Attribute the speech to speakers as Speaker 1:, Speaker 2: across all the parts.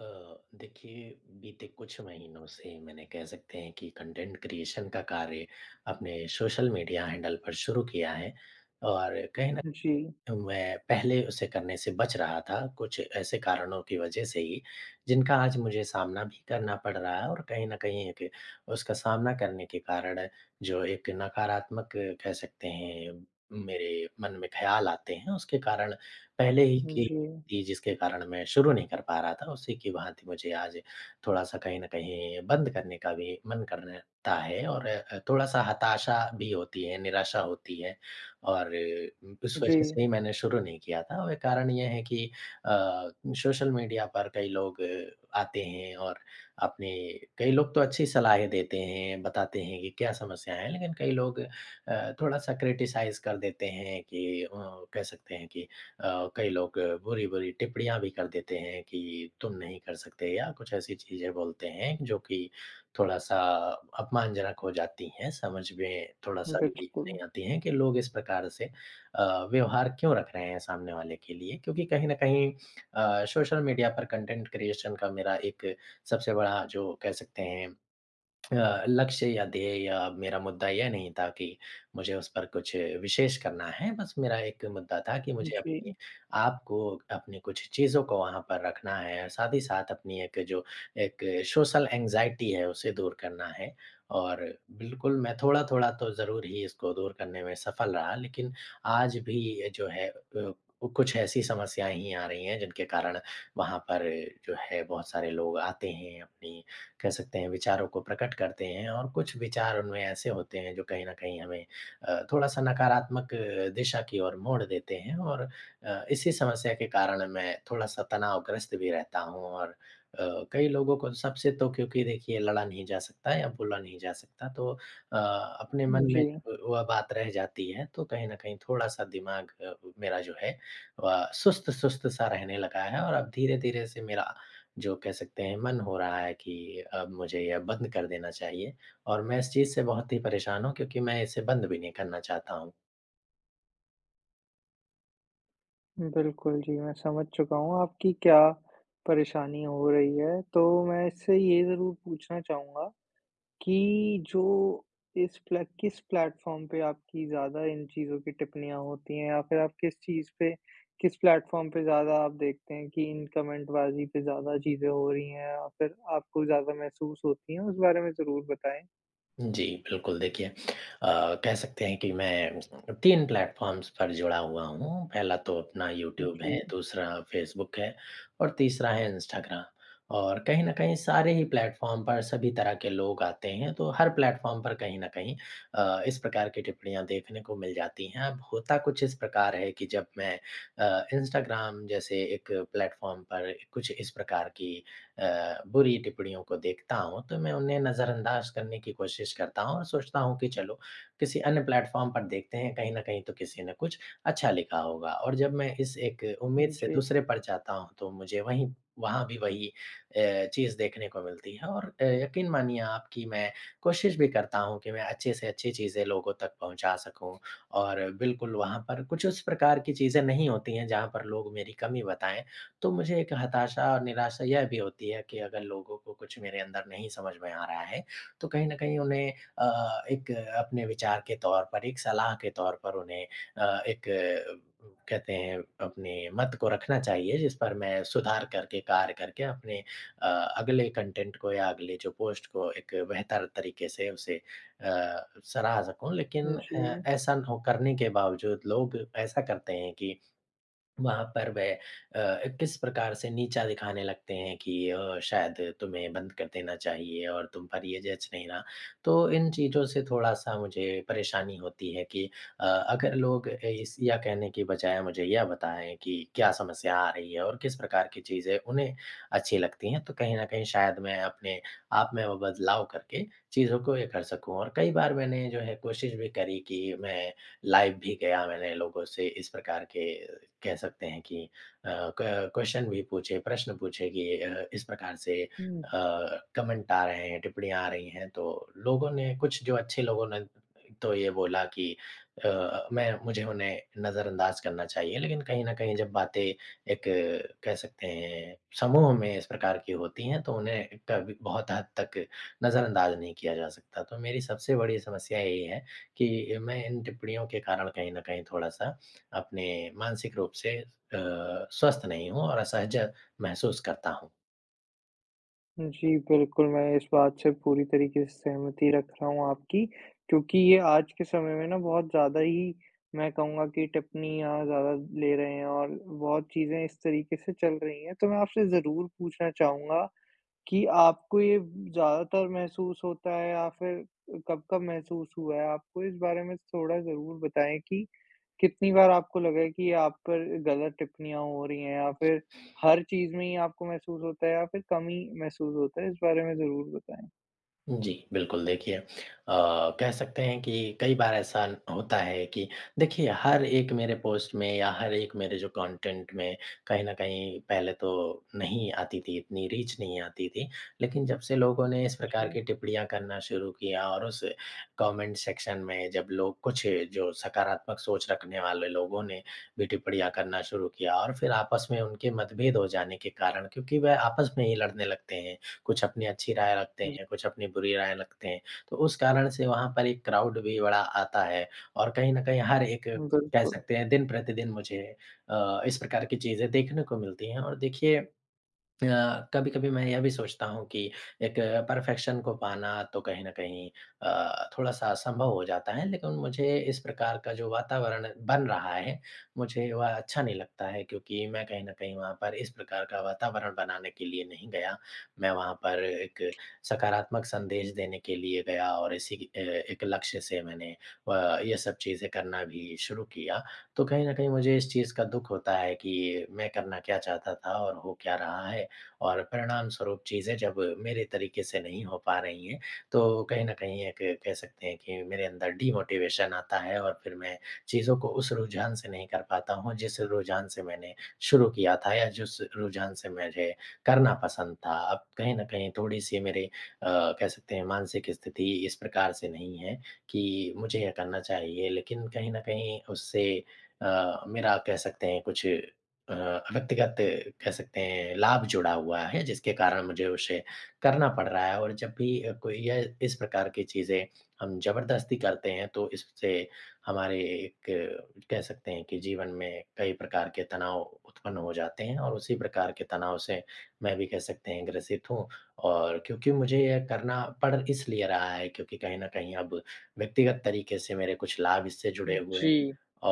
Speaker 1: अ, देखिए, बीते कुछ महीनों से मैंने कह सकते हैं कि कंटेंट क्रिएशन का कार्य अपने सोशल मीडिया हैंडल पर शुरू किया है। और कहीं न
Speaker 2: जी,
Speaker 1: मैं पहले उसे करने से बच रहा था, कुछ ऐसे कारणों की वजह से ही, जिनका आज मुझे सामना भी करना पड़ रहा है और कहीं न कहीं एक उसका सामना करने के कारण जो एक नकारात्मक कह सकते हैं मेरे मन में ख़्याल आते हैं, उसके कारण पहले ही की
Speaker 2: जी,
Speaker 1: थी जिसके कारण मैं शुरू नहीं कर पा रहा था, उसी की भाँति मुझे आज थोड़ा-सा कहीं न कहीं बंद करने का भी मन करता है और थोड़ा-सा हताशा भी होती है, निराशा होती है। और उस वजह
Speaker 2: जी,
Speaker 1: से ही मैंने शुरू नहीं किया था और कारण ये है कि अ, सोशल मीडिया पर कई लोग आते हैं और अपने कई लोग तो अच्छी सलाहें देते हैं, बताते हैं कि क्या समस्या है, लेकिन कई लोग थोड़ा-सा क्रिटिसाइज़ कर देते हैं कि कह सकते हैं कि कई लोग बुरी-बुरी टिप्पणियाँ भी कर देते हैं कि तुम नहीं कर सकते या कुछ ऐसी चीज़ें बोलते हैं जो कि थोड़ा-सा अपमानजनक हो जाती हैं, समझ में थोड़ा-सा भी
Speaker 2: बिल्कुल।
Speaker 1: नहीं आती हैं कि लोग इस प्रकार से व्यवहार क्यों रख रहे हैं सामने वाले के लिए। क्योंकि कहीं न कहीं सोशल मीडिया पर कंटेंट क्रिएशन का मेरा एक सबसे बड़ा जो कह सकते हैं लक्ष्य या ध्येय या मेरा मुद्दा यह नहीं था कि मुझे उस पर कुछ विशेष करना है। बस मेरा एक मुद्दा था कि मुझे
Speaker 2: जी,
Speaker 1: अपने आप को, अपनी कुछ चीज़ों को वहाँ पर रखना है, और साथ ही साथ अपनी एक जो एक सोशल एंग्ज़ायटी है, उसे दूर करना है। और बिल्कुल मैं थोड़ा-थोड़ा तो ज़रूर ही इसको दूर करने में सफल रहा, लेकिन आज भी ये जो है कुछ ऐसी समस्याएँ ही आ रही हैं, जिनके कारण वहाँ पर जो है बहुत सारे लोग आते हैं अपनी कह सकते हैं विचारों को प्रकट करते हैं और कुछ विचार उनमें ऐसे होते हैं जो कहीं न कहीं हमें थोड़ा-सा नकारात्मक दिशा की ओर मोड़ देते हैं। और इसी समस्या के कारण मैं थोड़ा-सा तनावग्रस्त भी रहता हूँ और कई लोगों को सबसे तो क्योंकि देखिए लड़ा नहीं जा सकता या बोला नहीं जा सकता, तो अपने मन में
Speaker 2: जी,
Speaker 1: जब वह बात रह जाती है तो कहीं न कहीं थोड़ा-सा दिमाग मेरा जो है वह सुस्त-सुस्त सा रहने लगा है। और अब धीरे-धीरे से मेरा जो कह सकते हैं मन हो रहा है कि अब मुझे यह बंद कर देना चाहिए और मैं इस चीज़ से बहुत ही परेशान हूँ क्योंकि मैं इसे बंद भी नहीं करना चाहता हूँ।
Speaker 2: बिल्कुल जी, मैं समझ चुका हूँ आपकी क्या परेशानी हो रही है। तो मैं इससे ये ज़रूर पूछना चाहूँगा कि जो इस प्ले किस प्लेटफ़ॉर्म पे आपकी ज़्यादा इन चीज़ों की टिप्पणियाँ होती हैं या फिर आप किस चीज़ पे किस प्लेटफ़ॉर्म पे ज़्यादा आप देखते हैं कि इन कमेंटबाज़ी पे ज़्यादा चीज़ें हो रही हैं या फिर आपको ज़्यादा महसूस होती हैं? उस बारे में ज़रूर बताएँ।
Speaker 1: जी, बिल्कुल, देखिए, कह सकते हैं कि मैं 3 प्लेटफ़ॉर्म्स पर जुड़ा हुआ हूँ। पहला तो अपना यूट्यूब है,
Speaker 2: जी,
Speaker 1: दूसरा फ़ेसबुक है और तीसरा है इंस्टाग्राम। और कहीं न कहीं सारे ही प्लेटफ़ॉर्म पर सभी तरह के लोग आते हैं, तो हर प्लेटफ़ॉर्म पर कहीं न कहीं इस प्रकार की टिप्पणियाँ देखने को मिल जाती हैं। अब होता कुछ इस प्रकार है कि जब मैं इंस्टाग्राम जैसे एक प्लेटफ़ॉर्म पर कुछ इस प्रकार की बुरी टिप्पणियों को देखता हूँ, तो मैं उन्हें नज़रअंदाज करने की कोशिश करता हूँ और सोचता हूँ कि चलो, किसी अन्य प्लेटफ़ॉर्म पर देखते हैं, कहीं न कहीं तो किसी ने कुछ अच्छा लिखा होगा। और जब मैं इस एक उम्मीद से
Speaker 2: जी,
Speaker 1: दूसरे पर जाता हूँ, तो मुझे वहीं वहाँ भी वही चीज़ देखने को मिलती है। और यकीन मानिए आप कि मैं कोशिश भी करता हूँ कि मैं अच्छे से अच्छी चीज़ें लोगों तक पहुँचा सकूँ और बिल्कुल वहाँ पर कुछ उस प्रकार की चीज़ें नहीं होती हैं, जहाँ पर लोग मेरी कमी बताएँ। तो मुझे एक हताशा और निराशा यह भी होती है कि अगर लोगों को कुछ मेरे अंदर नहीं समझ में आ रहा है, तो कहीं न कहीं उन्हें एक अपने विचार के तौर पर, एक सलाह के तौर पर उन्हें एक कहते हैं अपने मत को रखना चाहिए, जिस पर मैं सुधार करके, कार्य करके अपने अ, अगले कंटेंट को या अगले जो पोस्ट को एक बेहतर तरीके से उसे सराह सकूँ। लेकिन
Speaker 2: जी।
Speaker 1: ऐसा न हो करने के बावजूद लोग ऐसा करते हैं कि वहाँ पर वह किस प्रकार से नीचा दिखाने लगते हैं कि शायद तुम्हें बंद कर देना चाहिए और तुम पर ये जच नहीं रहा। तो इन चीज़ों से थोड़ा-सा मुझे परेशानी होती है कि अगर लोग इस या कहने की बजाय मुझे यह बताएँ कि क्या समस्या आ रही है और किस प्रकार की चीज़ें उन्हें अच्छी लगती हैं, तो कहीं न कहीं शायद मैं अपने आप में वो बदलाव करके चीज़ों को ये कर सकूँ। और कई बार मैंने जो है कोशिश भी करी कि मैं लाइव भी गया, मैंने लोगों से इस प्रकार के कह सकते हैं कि अ, क क्वेश्चन भी पूछे, प्रश्न पूछे कि इस प्रकार से
Speaker 2: हुँ।
Speaker 1: कमेंट आ रहे हैं, टिप्पणियाँ आ रही हैं, तो लोगों ने कुछ जो अच्छे लोगों ने तो ये बोला कि मैं मुझे उन्हें नज़रअंदाज करना चाहिए। लेकिन कहीं न कहीं जब बातें एक कह सकते हैं समूह में इस प्रकार की होती हैं, तो उन्हें कभी बहुत हद तक नज़रअंदाज नहीं किया जा सकता। तो मेरी सबसे बड़ी समस्या यही है कि मैं इन टिप्पणियों के कारण कहीं न कहीं थोड़ा-सा अपने मानसिक रूप से स्वस्थ नहीं हूँ और असहज महसूस करता हूँ।
Speaker 2: जी, बिल्कुल, मैं इस बात से पूरी तरीके से सहमति रख रहा हूँ आपकी, क्योंकि ये आज के समय में ना बहुत ज़्यादा ही मैं कहूँगा कि टिप्पणियाँ ज़्यादा ले रहे हैं और बहुत चीज़ें इस तरीके से चल रही हैं। तो मैं आपसे ज़रूर पूछना चाहूँगा कि आपको ये ज़्यादातर महसूस होता है या फिर कब-कब महसूस हुआ है आपको? इस बारे में थोड़ा ज़रूर बताएँ कि कितनी बार आपको लगा है कि ये आप पर गलत टिप्पणियाँ हो रही हैं, या फिर हर चीज़ में ही आपको महसूस होता है, या फिर कम ही महसूस होता है? इस बारे में ज़रूर बताएँ।
Speaker 1: जी, बिल्कुल, देखिए, अ, कह सकते हैं कि कई बार ऐसा होता है कि देखिए हर एक मेरे पोस्ट में या हर एक मेरे जो कंटेंट में कहीं न कहीं पहले तो नहीं आती थी, इतनी रीच नहीं आती थी। लेकिन जब से लोगों ने इस प्रकार
Speaker 2: जी।
Speaker 1: की टिप्पणियाँ करना शुरू किया और उस कमेंट सेक्शन में जब लोग कुछ जो सकारात्मक सोच रखने वाले लोगों ने भी टिप्पणियाँ करना शुरू किया और फिर आपस में उनके मतभेद हो जाने के कारण, क्योंकि वह आपस में ही लड़ने लगते हैं। कुछ अपनी अच्छी राय रखते
Speaker 2: जी।
Speaker 1: हैं, कुछ अपनी बुरी राय रखते हैं। तो उस कारण से वहाँ पर एक क्राउड भी बड़ा आता है और कहीं न कहीं हर एक कह
Speaker 2: बिल्कुल।
Speaker 1: सकते हैं दिन प्रतिदिन मुझे इस प्रकार की चीज़ें देखने को मिलती हैं। और देखिए, कभी-कभी मैं यह भी सोचता हूँ कि एक परफेक्शन को पाना तो कहीं न कहीं थोड़ा-सा असंभव हो जाता है, लेकिन मुझे इस प्रकार का जो वातावरण बन रहा है, मुझे वह अच्छा नहीं लगता है क्योंकि मैं कहीं न कहीं वहाँ पर इस प्रकार का वातावरण बनाने के लिए नहीं गया। मैं वहाँ पर एक सकारात्मक संदेश देने के लिए गया और इसी एक लक्ष्य से मैंने ये सब चीज़ें करना भी शुरू किया। तो कहीं न कहीं मुझे इस चीज़ का दुःख होता है कि मैं करना क्या चाहता था और हो क्या रहा है। और परिणाम स्वरूप चीज़ें जब मेरे तरीके से नहीं हो पा रही हैं, तो कहीं न कहीं एक कह सकते हैं कि मेरे अंदर डीमोटिवेशन आता है और फिर मैं चीज़ों को उस रुझान से नहीं कर पाता हूँ, जिस रुझान से मैंने शुरू किया था या जिस रुझान से मुझे करना पसंद था। अब कहीं न कहीं थोड़ी-सी मेरे कह सकते हैं मानसिक स्थिति इस प्रकार से नहीं है कि मुझे यह करना चाहिए, लेकिन कहीं न कहीं उससे मेरा कह सकते हैं कुछ अ, व्यक्तिगत कह सकते हैं लाभ जुड़ा हुआ है, जिसके कारण मुझे उसे करना पड़ रहा है। और जब भी कोई यह इस प्रकार की चीज़ें हम ज़बरदस्ती करते हैं तो इससे हमारे एक कह सकते हैं कि जीवन में कई प्रकार के तनाव उत्पन्न हो जाते हैं और उसी प्रकार के तनाव से मैं भी कह सकते हैं ग्रसित हूँ। और क्योंकि मुझे यह करना पड़ इसलिए रहा है क्योंकि कहीं न कहीं अब व्यक्तिगत तरीके से मेरे कुछ लाभ इससे जुड़े हुए
Speaker 2: जी।
Speaker 1: हैं।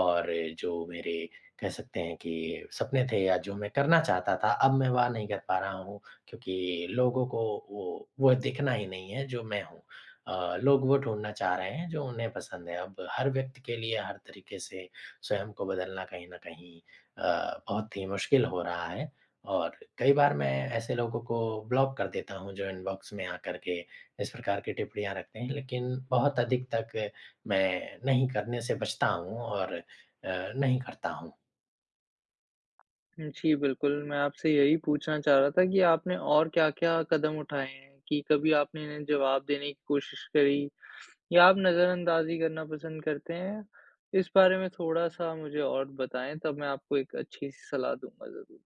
Speaker 1: और जो मेरे कह सकते हैं कि सपने थे या जो मैं करना चाहता था, अब मैं वह नहीं कर पा रहा हूँ क्योंकि लोगों को वो वो दिखना ही नहीं है जो मैं हूँ। लोग वो ढूँढना चाह रहे हैं जो उन्हें पसंद है। अब हर व्यक्ति के लिए हर तरीके से स्वयं को बदलना कहीं न कहीं बहुत ही मुश्किल हो रहा है और कई बार मैं ऐसे लोगों को ब्लॉक कर देता हूँ जो इनबॉक्स में आकर के इस प्रकार की टिप्पणियाँ रखते हैं, लेकिन बहुत अधिक तक मैं नहीं करने से बचता हूँ और नहीं करता हूँ।
Speaker 2: जी, बिल्कुल, मैं आपसे यही पूछना चाह रहा था कि आपने और क्या-क्या कदम उठाए हैं, कि कभी आपने इन्हें जवाब देने की कोशिश करी या आप नज़रअंदाज़ी करना पसंद करते हैं? इस बारे में थोड़ा-सा मुझे और बताएँ, तब मैं आपको एक अच्छी-सी सलाह दूँगा ज़रूर।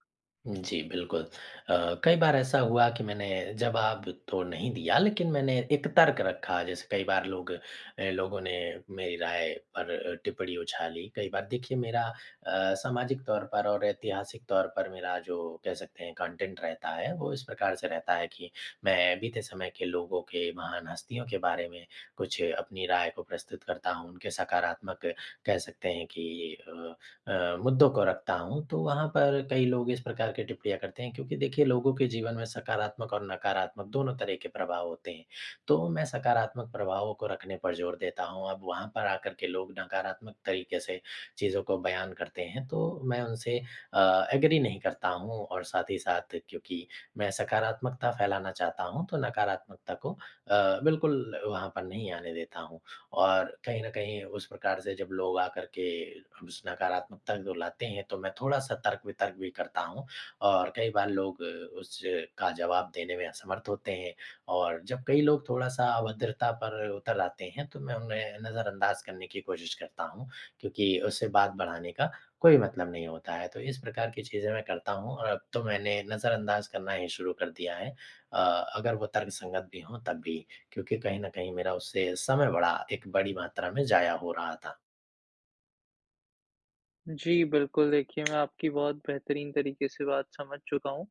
Speaker 1: जी, बिल्कुल। कई बार ऐसा हुआ कि मैंने जवाब तो नहीं दिया, लेकिन मैंने एक तर्क रखा। जैसे कई बार लोगों ने मेरी राय पर टिप्पणी उछाली। कई बार देखिए मेरा सामाजिक तौर पर और ऐतिहासिक तौर पर मेरा जो कह सकते हैं कंटेंट रहता है वो इस प्रकार से रहता है कि मैं बीते समय के लोगों के महान हस्तियों के बारे में कुछ अपनी राय को प्रस्तुत करता हूँ। उनके सकारात्मक कह सकते हैं कि मुद्दों को रखता हूँ, तो वहाँ पर कई लोग इस प्रकार की टिप्पणियाँ करते हैं क्योंकि देखिए लोगों के जीवन में सकारात्मक और नकारात्मक दोनों तरह के प्रभाव होते हैं। तो मैं सकारात्मक प्रभावों को रखने पर ज़ोर देता हूँ, अब वहाँ पर आकर के लोग नकारात्मक तरीके से चीज़ों को बयान करते हैं, तो मैं उनसे एग्री नहीं करता हूँ और साथ ही साथ क्योंकि मैं सकारात्मकता फैलाना चाहता हूँ, तो नकारात्मकता को बिल्कुल वहाँ पर नहीं आने देता हूँ। और कहीं न कहीं उस प्रकार से जब लोग आकर के उस नकारात्मकता को लाते हैं, तो मैं थोड़ा-सा तर्क-वितर्क भी करता हूँ और कई बार लोग उसका जवाब देने में असमर्थ होते हैं। और जब कई लोग थोड़ा-सा अभद्रता पर उतर आते हैं, तो मैं उन्हें नज़रअंदाज करने की कोशिश करता हूँ, क्योंकि उससे बात बढ़ाने का कोई मतलब नहीं होता है। तो इस प्रकार की चीज़ें मैं करता हूँ और अब तो मैंने नज़रअंदाज करना ही शुरू कर दिया है। अ, अगर वो तर्कसंगत भी हों तब भी। क्योंकि कहीं न कहीं मेरा उससे समय बड़ा एक बड़ी मात्रा में ज़ाया हो रहा था।
Speaker 2: जी, बिल्कुल, देखिए मैं आपकी बहुत बेहतरीन तरीके से बात समझ चुका हूँ,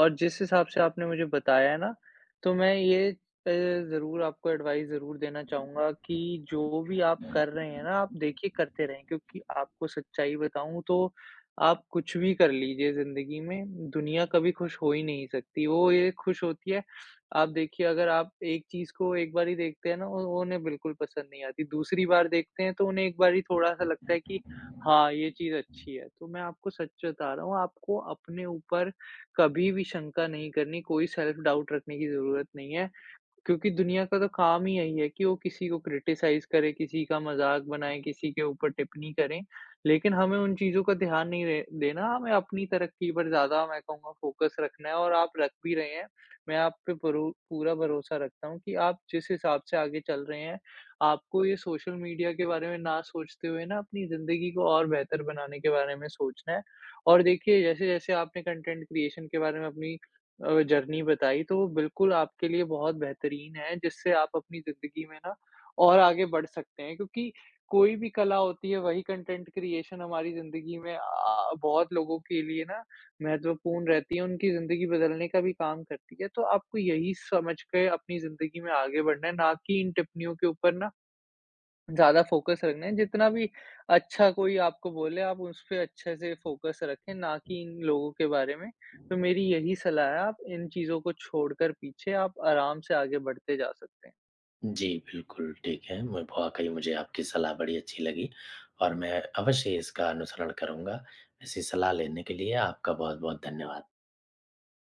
Speaker 2: और जिस हिसाब से आपने मुझे बताया है ना, तो मैं ये अ, ज़रूर आपको एडवाइस ज़रूर देना चाहूँगा, कि जो भी आप कर रहे हैं ना, आप देखिए करते रहें, क्योंकि आपको सच्चाई बताऊँ तो आप कुछ भी कर लीजिए ज़िंदगी में, दुनिया कभी खुश हो ही नहीं सकती। वो ये खुश होती है, आप देखिए, अगर आप एक चीज़ को एक बारी देखते हैं ना, उ उन्हें बिल्कुल पसंद नहीं आती, दूसरी बार देखते हैं तो उन्हें एक बारी थोड़ा-सा लगता है कि हाँ, ये चीज़ अच्छी है। तो मैं आपको सच बता रहा हूँ, आपको अपने ऊपर कभी भी शंका नहीं करनी, कोई सेल्फ डाउट रखने की ज़रूरत नहीं है। क्योंकि दुनिया का तो काम ही यही है कि वो किसी को क्रिटिसाइज़ करे, किसी का मज़ाक बनाएँ, किसी के ऊपर टिप्पणी करें, लेकिन हमें उन चीज़ों का ध्यान नहीं रे देना, हमें अपनी तरक्की पर ज़्यादा मैं कहूँगा फ़ोकस रखना है, और आप रख भी रहे हैं। मैं आप पे परू पूरा भरोसा रखता हूँ कि आप जिस हिसाब से आगे चल रहे हैं, आपको ये सोशल मीडिया के बारे में ना सोचते हुए ना अपनी ज़िंदगी को और बेहतर बनाने के बारे में सोचना है। और देखिए जैसे-जैसे आपने कंटेंट क्रिएशन के बारे में अपनी जर्नी बताई, तो वो बिल्कुल आपके लिए बहुत बेहतरीन है, जिससे आप अपनी ज़िंदगी में ना और आगे बढ़ सकते हैं, क्योंकि कोई भी कला होती है, वही कंटेंट क्रिएशन हमारी ज़िंदगी में बहुत लोगों के लिए ना महत्वपूर्ण रहती है, उनकी ज़िंदगी बदलने का भी काम करती है। तो आपको यही समझ के अपनी ज़िंदगी में आगे बढ़ना है ना, कि इन टिप्पणियों के ऊपर ना ज़्यादा फ़ोकस रखना है, जितना भी अच्छा कोई आपको बोले आप उस पे अच्छे से फ़ोकस रखें, ना कि इन लोगों के बारे में। तो मेरी यही सलाह है, आप इन चीज़ों को छोड़कर पीछे आप आराम से आगे बढ़ते जा सकते हैं।
Speaker 1: जी, बिल्कुल, ठीक है। मैं वाक़ई मुझे आपकी सलाह बड़ी अच्छी लगी और मैं अवश्य इसका अनुसरण करूँगा। ऐसी सलाह लेने के लिए आपका बहुत-बहुत धन्यवाद।